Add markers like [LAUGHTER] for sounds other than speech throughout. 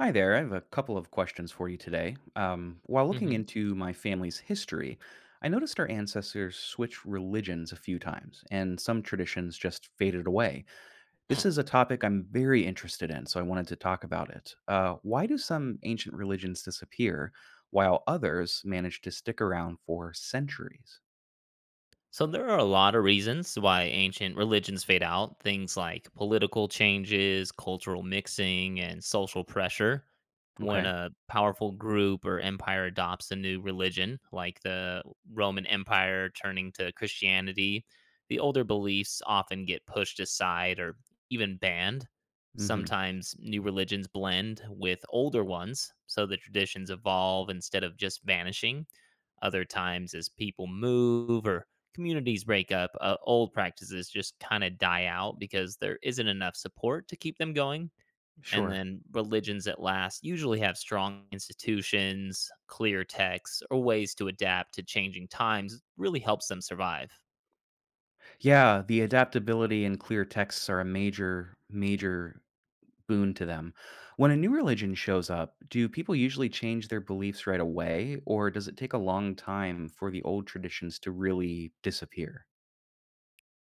Hi there. I have a couple of questions for you today. While Uh looking into my family's history, I noticed our ancestors switched religions a few times, and some traditions just faded away. This huh. is a topic I'm very interested in, so I wanted to talk about it. Why do some ancient religions disappear while others manage to stick around for centuries? So there are a lot of reasons why ancient religions fade out, things like political changes, cultural mixing, and social pressure. When Okay. a powerful group or empire adopts a new religion, like the Roman Empire turning to Christianity, the older beliefs often get pushed aside or even banned. Mm-hmm. Sometimes new religions blend with older ones, so the traditions evolve instead of just vanishing. Other times, as people move or communities break up, old practices just kind of die out because there isn't enough support to keep them going. And Sure. then religions at last usually have strong institutions, clear texts, or ways to adapt to changing times, really helps them survive. Yeah, the adaptability and clear texts are a major boon to them. When a new religion shows up, do people usually change their beliefs right away, or does it take a long time for the old traditions to really disappear?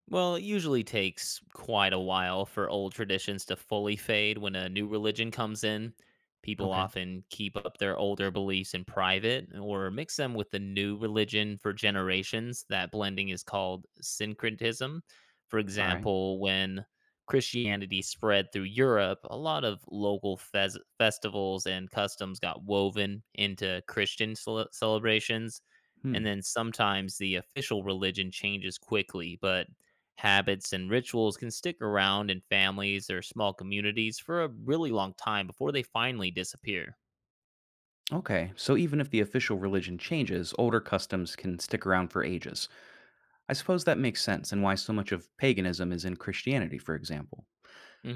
Well, it usually takes quite a while for old traditions to fully fade when a new religion comes in. People Okay, often keep up their older beliefs in private or mix them with the new religion for generations. That blending is called syncretism. For all right. example, when Christianity spread through Europe, a lot of local festivals and customs got woven into Christian celebrations. And Hmm. then sometimes the official religion changes quickly, but habits and rituals can stick around in families or small communities for a really long time before they finally disappear. Okay, so even if the official religion changes, older customs can stick around for ages. I suppose that makes sense and why so much of paganism is in Christianity, for example.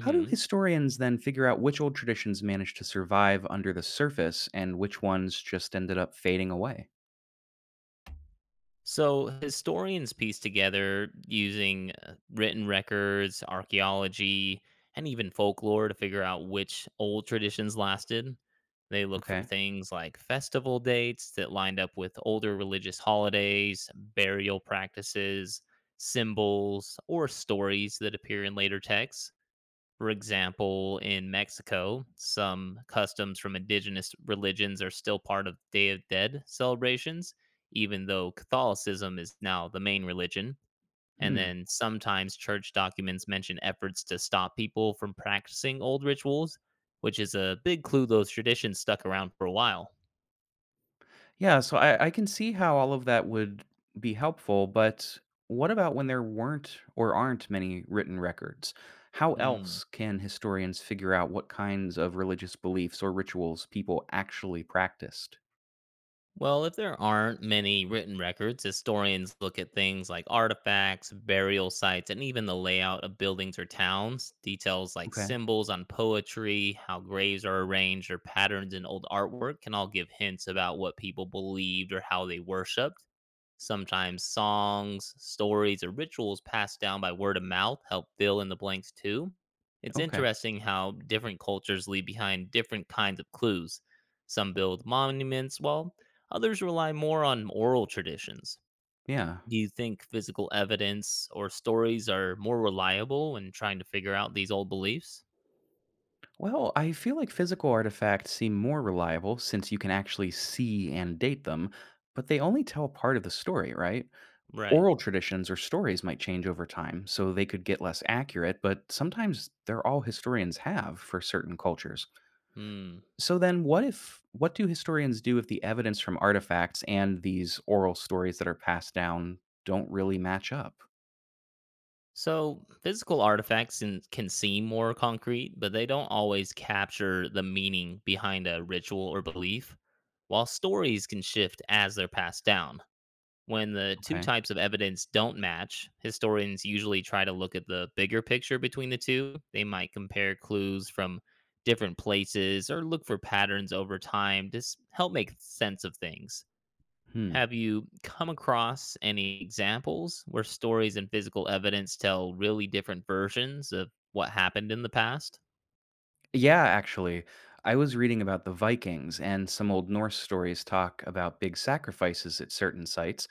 How do historians then figure out which old traditions managed to survive under the surface and which ones just ended up fading away? So, historians piece together using written records, archaeology, and even folklore to figure out which old traditions lasted. They look for Okay. things like festival dates that lined up with older religious holidays, burial practices, symbols, or stories that appear in later texts. For example, in Mexico, some customs from indigenous religions are still part of Day of Dead celebrations, even though Catholicism is now the main religion. And Hmm. then sometimes church documents mention efforts to stop people from practicing old rituals, which is a big clue those traditions stuck around for a while. Yeah, so I can see how all of that would be helpful, but what about when there weren't or aren't many written records? How Hmm. else can historians figure out what kinds of religious beliefs or rituals people actually practiced? Well, if there aren't many written records, historians look at things like artifacts, burial sites, and even the layout of buildings or towns. Details like Okay, symbols on poetry, how graves are arranged, or patterns in old artwork can all give hints about what people believed or how they worshiped. Sometimes songs, stories, or rituals passed down by word of mouth help fill in the blanks too. It's okay, interesting how different cultures leave behind different kinds of clues. Some build monuments, while others rely more on oral traditions. yeah. Do you think physical evidence or stories are more reliable when trying to figure out these old beliefs? Well, I feel like physical artifacts seem more reliable since you can actually see and date them, but they only tell part of the story, right? Right. Oral traditions or stories might change over time, so they could get less accurate, but sometimes they're all historians have for certain cultures. Hmm. So then what do historians do if the evidence from artifacts and these oral stories that are passed down don't really match up? So, physical can seem more concrete, but they don't always capture the meaning behind a ritual or belief, while stories can shift as they're passed down. When the two Okay. types of evidence don't match, historians usually try to look at the bigger picture between the two. They might compare clues from different places or look for patterns over time to help make sense of things. Hmm. Have you come across any examples where stories and physical evidence tell really different versions of what happened in the past? Yeah, actually. I was reading about the Vikings, and some Old Norse stories talk about big sacrifices at certain sites,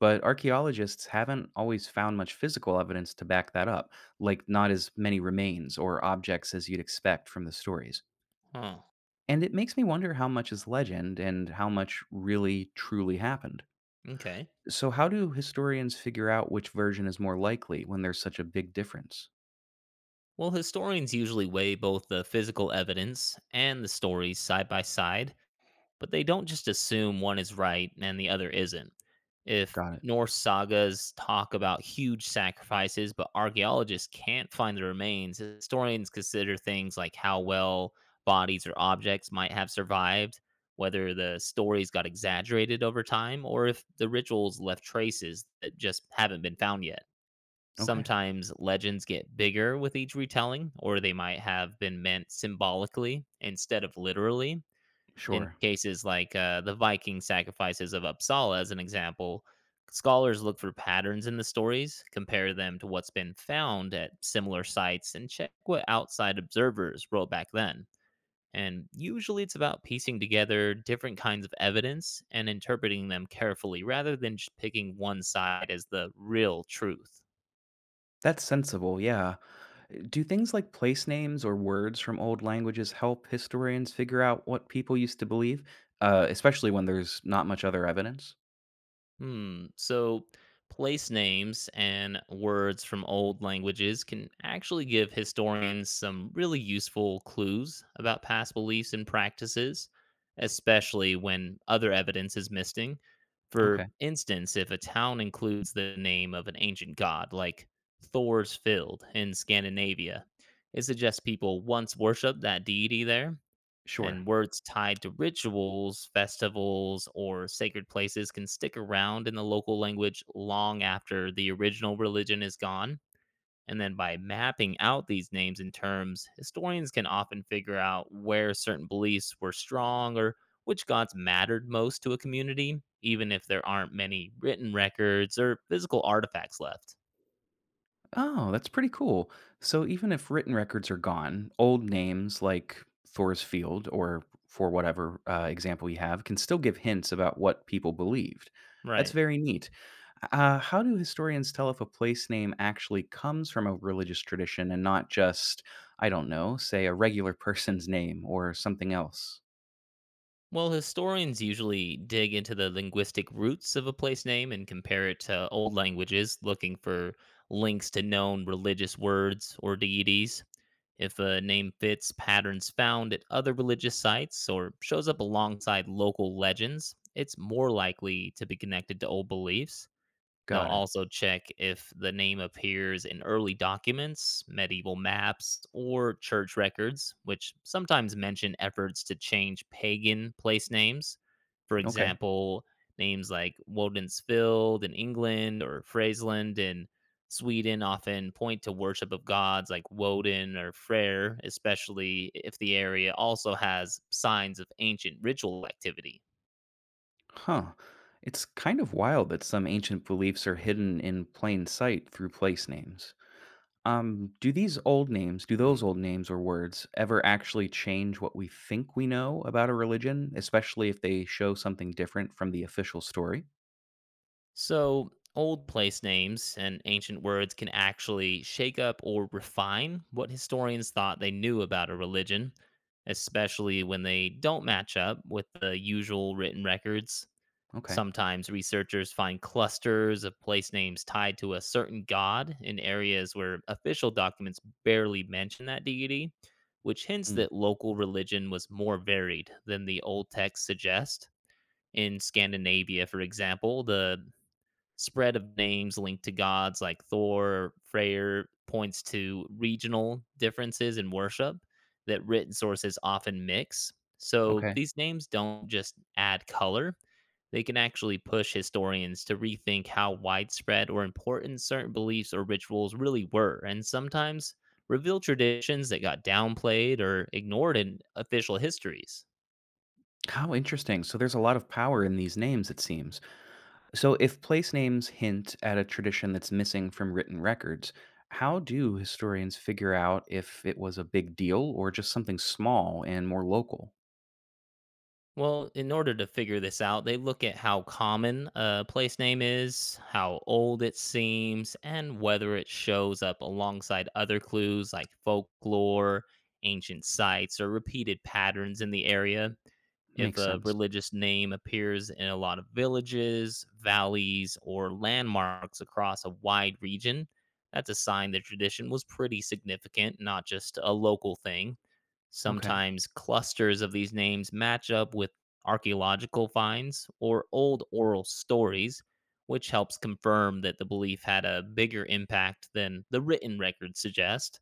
but archaeologists haven't always found much physical evidence to back that up, like not as many remains or objects as you'd expect from the stories. Huh. And it makes me wonder how much is legend and how much really truly happened. Okay. So, how do historians figure out which version is more likely when there's such a big difference? Well, historians usually weigh both the physical evidence and the stories side by side, but they don't just assume one is right and the other isn't. If Got it. Norse sagas talk about huge sacrifices, but archaeologists can't find the remains, historians consider things like how well bodies or objects might have survived, whether the stories got exaggerated over time, or if the rituals left traces that just haven't been found yet. Okay, Sometimes legends get bigger with each retelling, or they might have been meant symbolically instead of literally. In sure. cases like the Viking sacrifices of Uppsala, as an example, scholars look for patterns in the stories, compare them to what's been found at similar sites, and check what outside observers wrote back then. And usually it's about piecing together different kinds of evidence and interpreting them carefully rather than just picking one side as the real truth. That's sensible, yeah. Do things like place names or words from old languages help historians figure out what people used to believe, especially when there's not much other evidence? Hmm. So, place names and words from old languages can actually give historians some really useful clues about past beliefs and practices, especially when other evidence is missing. Okay, For instance, if a town includes the name of an ancient god, like Thor's Field in Scandinavia, it suggests people once worshipped that deity there, sure. and words tied to rituals, festivals, or sacred places can stick around in the local language long after the original religion is gone. And then by mapping out these names and terms, historians can often figure out where certain beliefs were strong or which gods mattered most to a community, even if there aren't many written records or physical artifacts left. Oh, that's pretty cool. So even if written records are gone, old names like Thor's Field or for whatever example you have can still give hints about what people believed. That's Right. very neat. How do historians tell if a place name actually comes from a religious tradition and not just, I don't know, say a regular [LAUGHS] person's name or something else? Well, historians usually dig into the linguistic roots of a place name and compare it to old languages, looking for links to known religious words or deities. If a name fits patterns found at other religious sites or shows up alongside local legends, it's more likely to be connected to old beliefs. They'll Got it. also check if the name appears in early documents, medieval maps, or church records, which sometimes mention efforts to change pagan place names. For Okay. example, names like Woden'sfield in England or Fraseland in Sweden often point to worship of gods like Woden or Freyr, especially if the area also has signs of ancient ritual activity. Huh. It's kind of wild that some ancient beliefs are hidden in plain sight through place names. Do those old names or words ever actually change what we think we know about a religion, especially if they show something different from the official story? So, old place names and ancient words can actually shake up or refine what historians thought they knew about a religion, especially when they don't match up with the usual written records. Okay. Sometimes researchers find clusters of place names tied to a certain god in areas where official documents barely mention that deity, which hints Mm, that local religion was more varied than the old texts suggest. In Scandinavia, for example, the spread of names linked to gods like Thor, Freyr points to regional differences in worship that written sources often mix. So okay. these names don't just add color, they can actually push historians to rethink how widespread or important certain beliefs or rituals really were, and sometimes reveal traditions that got downplayed or ignored in official histories. How interesting. So there's a lot of power in these names, it seems. So if place names hint at a tradition that's missing from written records, how do historians figure out if it was a big deal or just something small and more local? Well, in order to figure this out, they look at how common a place name is, how old it seems, and whether it shows up alongside other clues like folklore, ancient sites, or repeated patterns in the area. If Makes a sense. religious name appears in a lot of villages, valleys, or landmarks across a wide region, that's a sign the tradition was pretty significant, not just a local thing. Okay, Sometimes clusters of these names match up with archaeological finds or old oral stories, which helps confirm that the belief had a bigger impact than the written records suggest.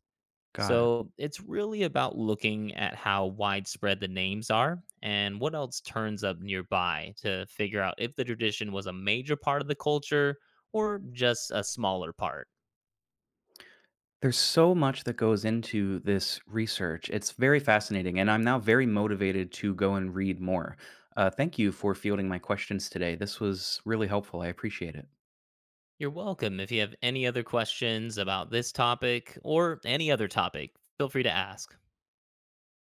got it. So it's really about looking at how widespread the names are and what else turns up nearby to figure out if the tradition was a major part of the culture or just a smaller part. There's so much that goes into this research. It's very fascinating, and I'm now very motivated to go and read more. Thank you for fielding my questions today. This was really helpful. I appreciate it. You're welcome. If you have any other questions about this topic or any other topic, feel free to ask.